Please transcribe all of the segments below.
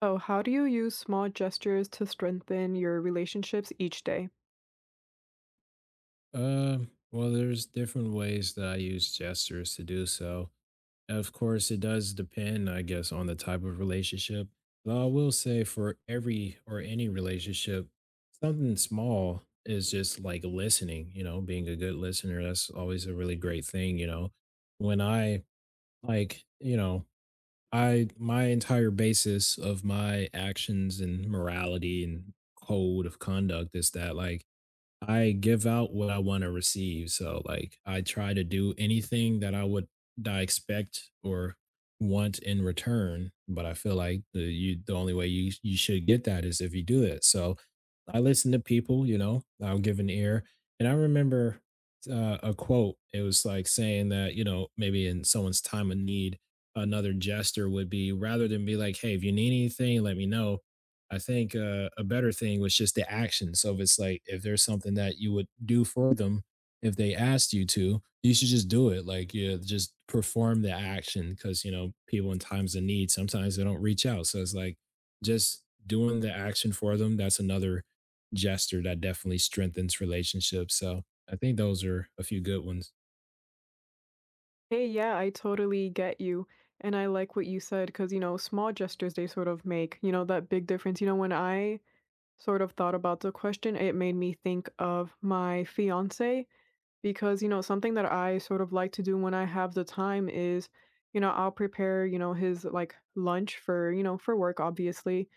Oh, how do you use small gestures to strengthen your relationships each day? Well, there's different ways that I use gestures to do so. Of course, it does depend, I guess, on the type of relationship. But I will say for every or any relationship, something small is just like listening, you know, being a good listener. That's always a really great thing, you know. When I like, you know, I my entire basis of my actions and morality and code of conduct is that like I give out what I wanna receive, so, like, I try to do anything that I would that I expect or want in return, but I feel like the only way you should get that is if you do it, so, I listen to people, you know, I'll give an ear, and I remember, a quote, it was, like, saying that, you know, maybe in someone's time of need, another gesture would be rather than be like, "Hey, if you need anything, let me know." I think, a better thing was just the action, so if it's like if there's something that you would do for them if they asked you to, you should just do it, like, yeah, just perform the action because you know, people in times of need, sometimes they don't reach out, so it's like, just doing the action for them, that's another gesture that definitely strengthens relationships, so I think those are a few good ones. Hey, yeah, I totally get you. And I like what you said because, small gestures, they sort of make, that big difference. When I sort of thought about the question, it made me think of my fiance, because something that I sort of like to do when I have the time is, I'll prepare, his like lunch for, for work, obviously.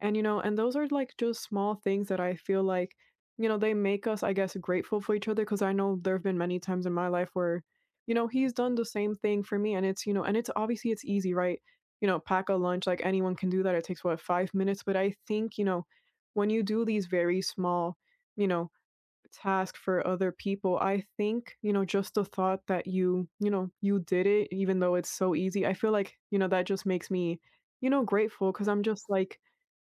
And, and those are like just small things that I feel like, they make us, I guess, grateful for each other, because I know there have been many times in my life where, he's done the same thing for me, and it's obviously it's easy, right? Pack a lunch. Like anyone can do that, it takes what, 5 minutes? But I think, when you do these very small, you know task for other people, I think, just the thought that you did it even though it's so easy. I feel like, that just makes me, grateful. Because 'cause I'm just like,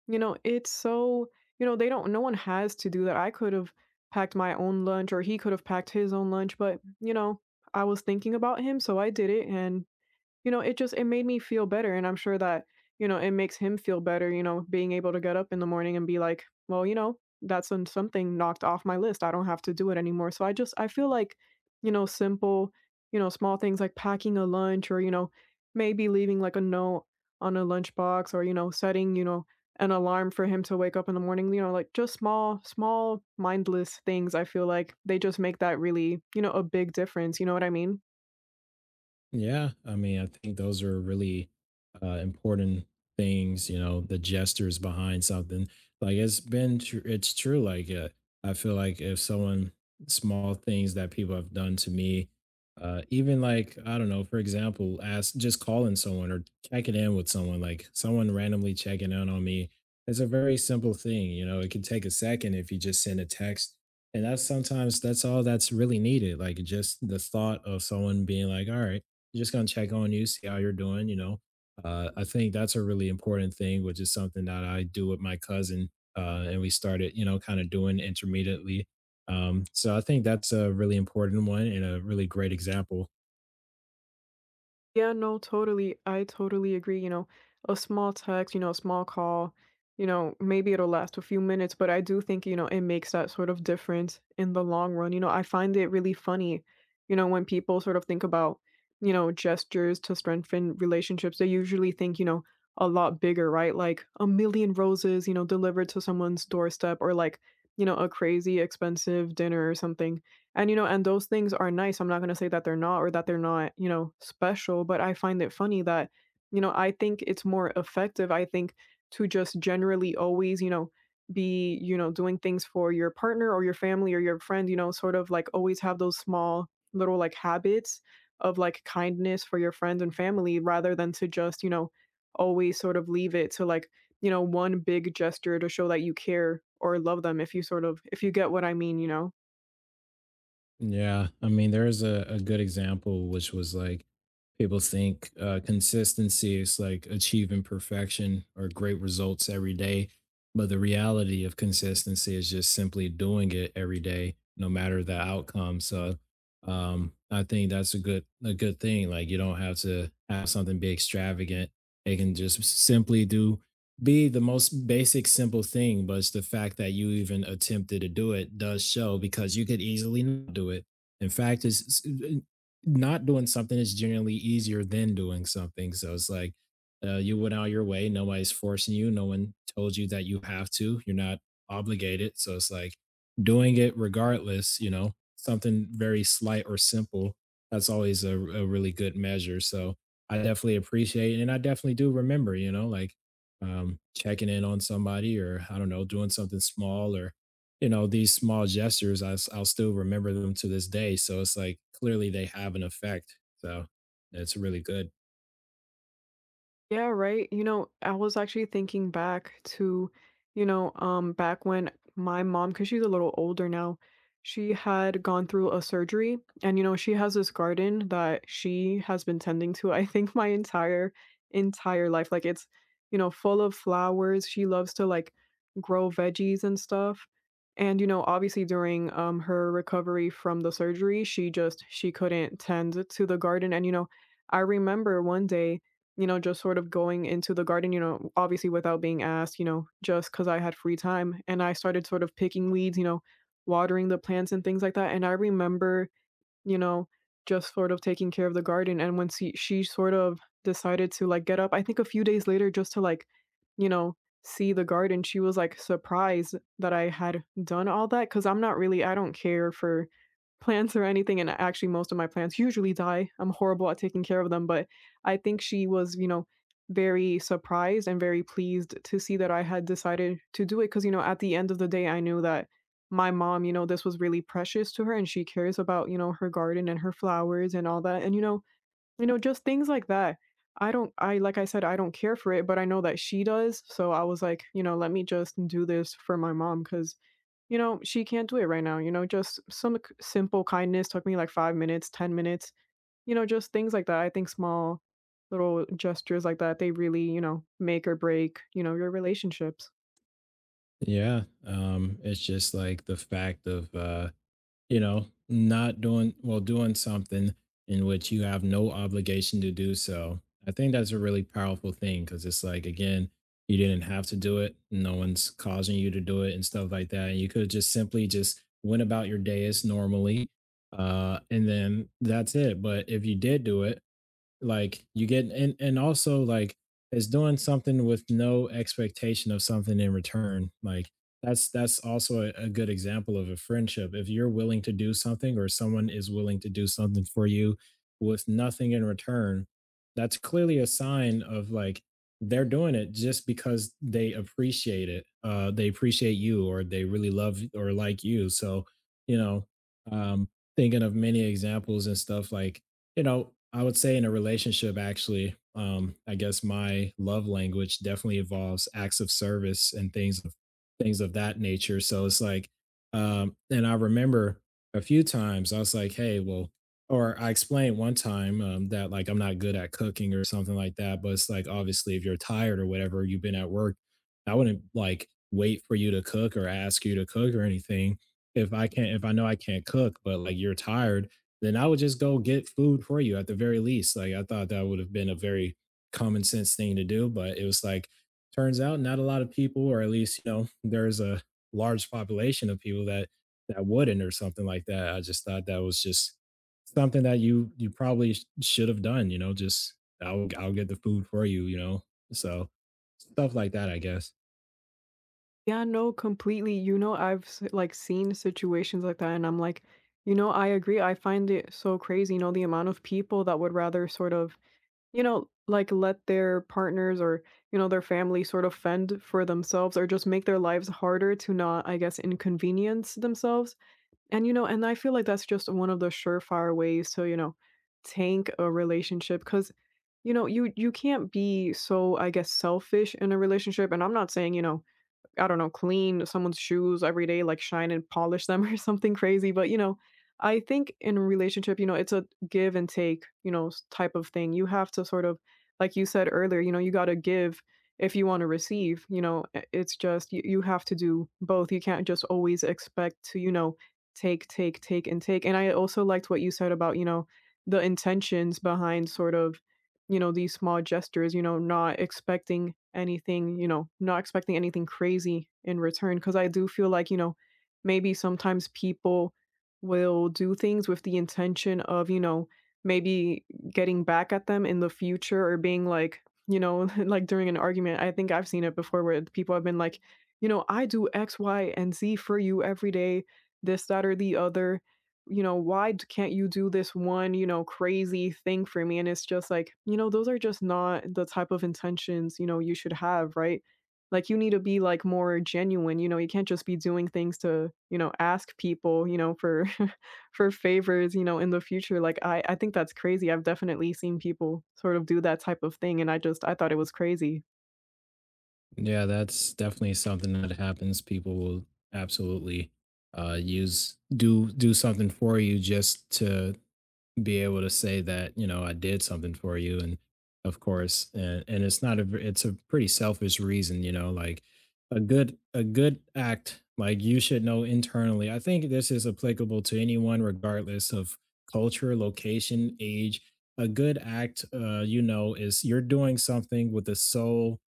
it's so, they don't no one has to do that. I could have packed my own lunch, or he could have packed his own lunch, but, I was thinking about him, so I did it. And, it made me feel better, and I'm sure that, it makes him feel better, being able to get up in the morning and be like, "Well, that's something knocked off my list. I don't have to do it anymore." So I feel like, simple, small things like packing a lunch, or, maybe leaving like a note on a lunchbox, or, setting, an alarm for him to wake up in the morning, like just small, small mindless things. I feel like they just make that really, a big difference. You know what I mean? Yeah, I mean, I think those are really important things. You know, the gestures behind something. Like it's it's true. Like I feel like if someone small things that people have done to me, even like I don't know, for example, ask just calling someone or checking in with someone, like someone randomly checking in on me. It's a very simple thing. You know, it can take a second if you just send a text and that's sometimes that's all that's really needed, like just the thought of someone being like, all right, you're just gonna check on you, see how you're doing, you know? I think that's a really important thing, which is something that I do with my cousin, and we started, you know, kind of doing intermittently. So I think that's a really important one and a really great example. Yeah, no, totally. I totally agree. A small text, a small call, maybe it'll last a few minutes, but I do think, it makes that sort of difference in the long run. I find it really funny, when people sort of think about, gestures to strengthen relationships, they usually think, a lot bigger, right? Like a million roses, delivered to someone's doorstep, or like, a crazy expensive dinner or something. And those things are nice. I'm not gonna say that they're not, or that they're not, you know, special, but I find it funny that, I think it's more effective, I think, to just generally always, be, doing things for your partner or your family or your friend, sort of like always have those small little like habits of like kindness for your friends and family, rather than to just, always sort of leave it to like, one big gesture to show that you care or love them, if you get what I mean, you know? Yeah, I mean, there is a good example, which was like people think consistency is like achieving perfection or great results every day. But the reality of consistency is just simply doing it every day, no matter the outcome. So I think that's a good thing. Like you don't have to have something be extravagant. They can just simply do be the most basic simple thing, but it's the fact that you even attempted to do it does show, because you could easily not do it. In fact, not doing something is generally easier than doing something, so it's like you went out your way, nobody's forcing you, no one told you that you have to, you're not obligated, so it's like doing it regardless, you know, something very slight or simple, that's always a really good measure. So I definitely appreciate it, and I definitely do remember, you know, like checking in on somebody, or I don't know, doing something small, or, you know, these small gestures, I'll still remember them to this day. So it's like clearly they have an effect. So it's really good. Yeah, right. I was actually thinking back to, back when my mom, because she's a little older now, she had gone through a surgery. And, she has this garden that she has been tending to, I think, my entire, entire life. Like it's, full of flowers. She loves to like grow veggies and stuff. And, obviously during her recovery from the surgery, she couldn't tend to the garden. And, I remember one day, just sort of going into the garden, obviously without being asked, just because I had free time, and I started sort of picking weeds, watering the plants and things like that. And I remember, you know, just sort of taking care of the garden, and when she sort of decided to, like, get up, I think a few days later, just to, like, you know, see the garden, she was, like, surprised that I had done all that. Because 'cause I'm not really, I don't care for plants or anything, and actually most of my plants usually die, I'm horrible at taking care of them. But I think she was, very surprised and very pleased to see that I had decided to do it, because, at the end of the day, I knew that my mom, this was really precious to her, and she cares about, her garden and her flowers and all that. And just things like that. I don't I like I said, I don't care for it, but I know that she does. So I was like, let me just do this for my mom, because, she can't do it right now. Just some simple kindness took me like 5 minutes, 10 minutes, just things like that. I think small little gestures like that, they really, make or break, your relationships. Yeah. It's just like the fact of, you know, not doing, well, doing something in which you have no obligation to do so. I think that's a really powerful thing, because it's like, again, you didn't have to do it. No one's causing you to do it and stuff like that. And you could have just simply just went about your day as normally. And then that's it. But if you did do it, like you get, and also like it's doing something with no expectation of something in return, like that's also a good example of a friendship. If you're willing to do something, or someone is willing to do something for you with nothing in return, that's clearly a sign of like they're doing it just because they appreciate it, they appreciate you, or they really love or like you. So you know, um thinking of many examples and stuff like, you know, I would say in a relationship, actually, I guess my love language definitely involves acts of service and things of that nature. So it's like, and I remember a few times I was like, "Hey, well," or I explained one time that like I'm not good at cooking or something like that. But it's like obviously, if you're tired or whatever, you've been at work, I wouldn't like wait for you to cook or ask you to cook or anything. If I can't, if I know I can't cook, but like you're tired, then I would just go get food for you at the very least. Like I thought that would have been a very common sense thing to do, but it was like turns out not a lot of people, or at least you know there's a large population of people that wouldn't, or something like that. I just thought that was just something that you probably should have done. You know, just I'll get the food for you. You know, so stuff like that, I guess. Yeah, no, completely. I've like seen situations like that, and I'm like, I agree. I find it so crazy, the amount of people that would rather sort of, like let their partners or, their family sort of fend for themselves, or just make their lives harder to not, I guess, inconvenience themselves. And I feel like that's just one of the surefire ways to, tank a relationship. Because, you can't be so, I guess, selfish in a relationship. And I'm not saying, I don't know, clean someone's shoes every day, like shine and polish them, or something crazy. But, I think in a relationship, it's a give and take, type of thing. You have to sort of, like you said earlier, you got to give if you want to receive. It's just you, you have to do both. You can't just always expect to, take, take, take, and take. And I also liked what you said about, the intentions behind sort of, these small gestures, not expecting anything, not expecting anything crazy in return. Because I do feel like, maybe sometimes people will do things with the intention of, maybe getting back at them in the future, or being like, like during an argument. I think I've seen it before, where people have been like, "I do X, Y, and Z for you every day, this, that, or the other. Why can't you do this one, crazy thing for me?" And it's just like, those are just not the type of intentions, you should have, right? Like you need to be like more genuine, you can't just be doing things to, ask people, for for favors, in the future. Like I think that's crazy. I've definitely seen people sort of do that type of thing, and I thought it was crazy. Yeah, that's definitely something that happens. People will absolutely use do something for you just to be able to say that, you know, I did something for you. And of course, and it's not a it's a pretty selfish reason, you know. Like a good act, like you should know internally. I think this is applicable to anyone regardless of culture, location, age. A good act, you know, is you're doing something with the sole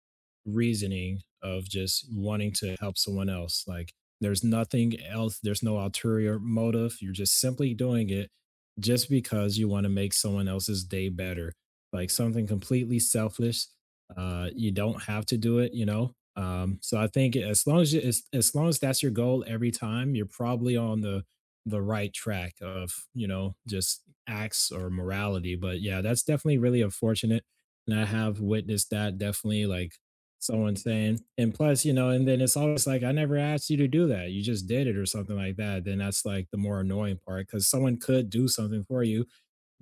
reasoning of just wanting to help someone else. Like there's nothing else, there's no ulterior motive. You're just simply doing it just because you want to make someone else's day better, like something completely selfless. You don't have to do it, you know. So I think as long as as long as that's your goal every time, you're probably on the right track of, you know, just acts or morality. But yeah, that's definitely really unfortunate, and I have witnessed that definitely. Like someone saying, and plus, you know, and then it's always like, I never asked you to do that, you just did it, or something like that, then that's like the more annoying part. Because someone could do something for you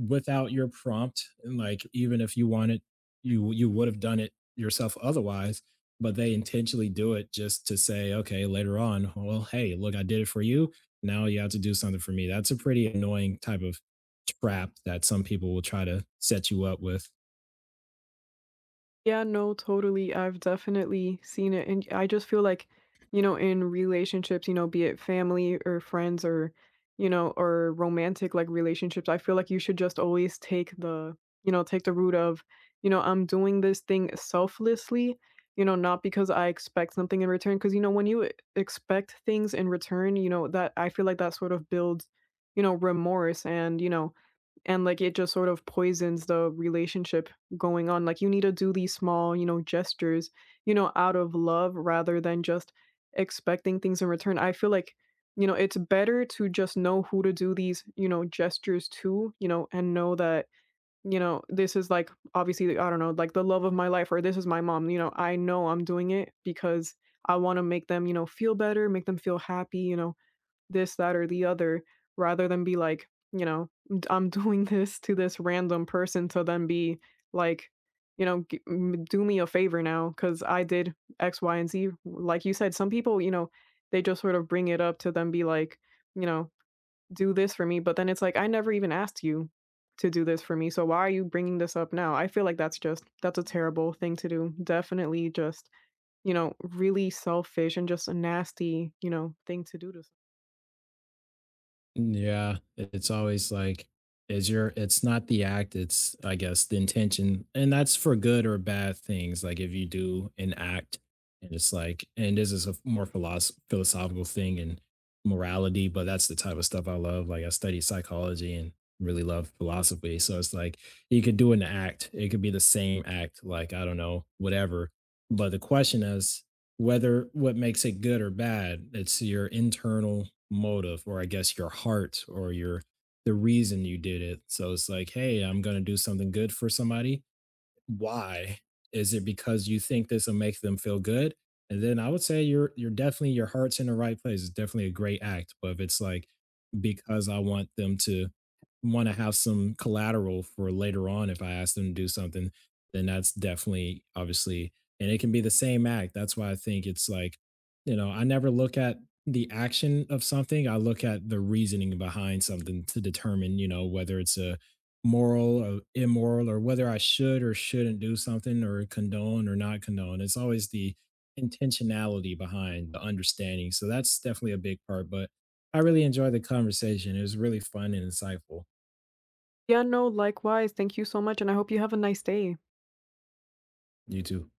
without your prompt, and like even if you wanted, you would have done it yourself otherwise, but they intentionally do it just to say, okay, later on, well, hey, look, I did it for you, now you have to do something for me. That's a pretty annoying type of trap that some people will try to set you up with. Yeah, no, totally. I've definitely seen it. And I just feel like, in relationships, be it family or friends, or romantic like relationships, I feel like you should just always take the, you know, take the route of, I'm doing this thing selflessly, not because I expect something in return. Cause, when you expect things in return, that I feel like that sort of builds, remorse, and, like, it just sort of poisons the relationship going on. Like, you need to do these small, gestures, out of love, rather than just expecting things in return. I feel like, it's better to just know who to do these, gestures to, and know that, this is, like, obviously, I don't know, like, the love of my life or this is my mom, I know I'm doing it because I wanna make them, feel better, make them feel happy, you know? This, that, or the other, rather than be like, I'm doing this to this random person to then be like, Do me a favor now because I did X, Y, and Z." Like you said, some people, they just sort of bring it up to then be like, you know, do this for me. But then it's like, I never even asked you to do this for me. So why are you bringing this up now? I feel like that's a terrible thing to do. Definitely just, really selfish and just a nasty, thing to do to. Mm, yeah, it's always like is your, it's not the act, it's I guess the intention. And that's for good or bad things. Like if you do an act, and it's like, and this is a more philosophical thing and morality, but that's the type of stuff I love. Like I study psychology and really love philosophy. So it's like you could do an act. It could be the same act, like I don't know, whatever. But the question is whether, what makes it good or bad, it's your internal motive, or I guess your heart, or your the reason you did it. So it's like, hey, I'm going to do something good for somebody. Why? Is it because you think this will make them feel good? And then I would say you're, definitely your heart's in the right place, it's definitely a great act. But if it's like because I want them to want to have some collateral for later on if I ask them to do something, then that's definitely obviously, and it can be the same act. That's why I think it's like, you know, I never look at the action of something. I look at the reasoning behind something to determine, you know, whether it's a moral or immoral, or whether I should or shouldn't do something, or condone or not condone. It's always the intentionality behind the understanding. So that's definitely a big part, but I really enjoyed the conversation. It was really fun and insightful. Yeah, no, likewise. Thank you so much, and I hope you have a nice day. You too.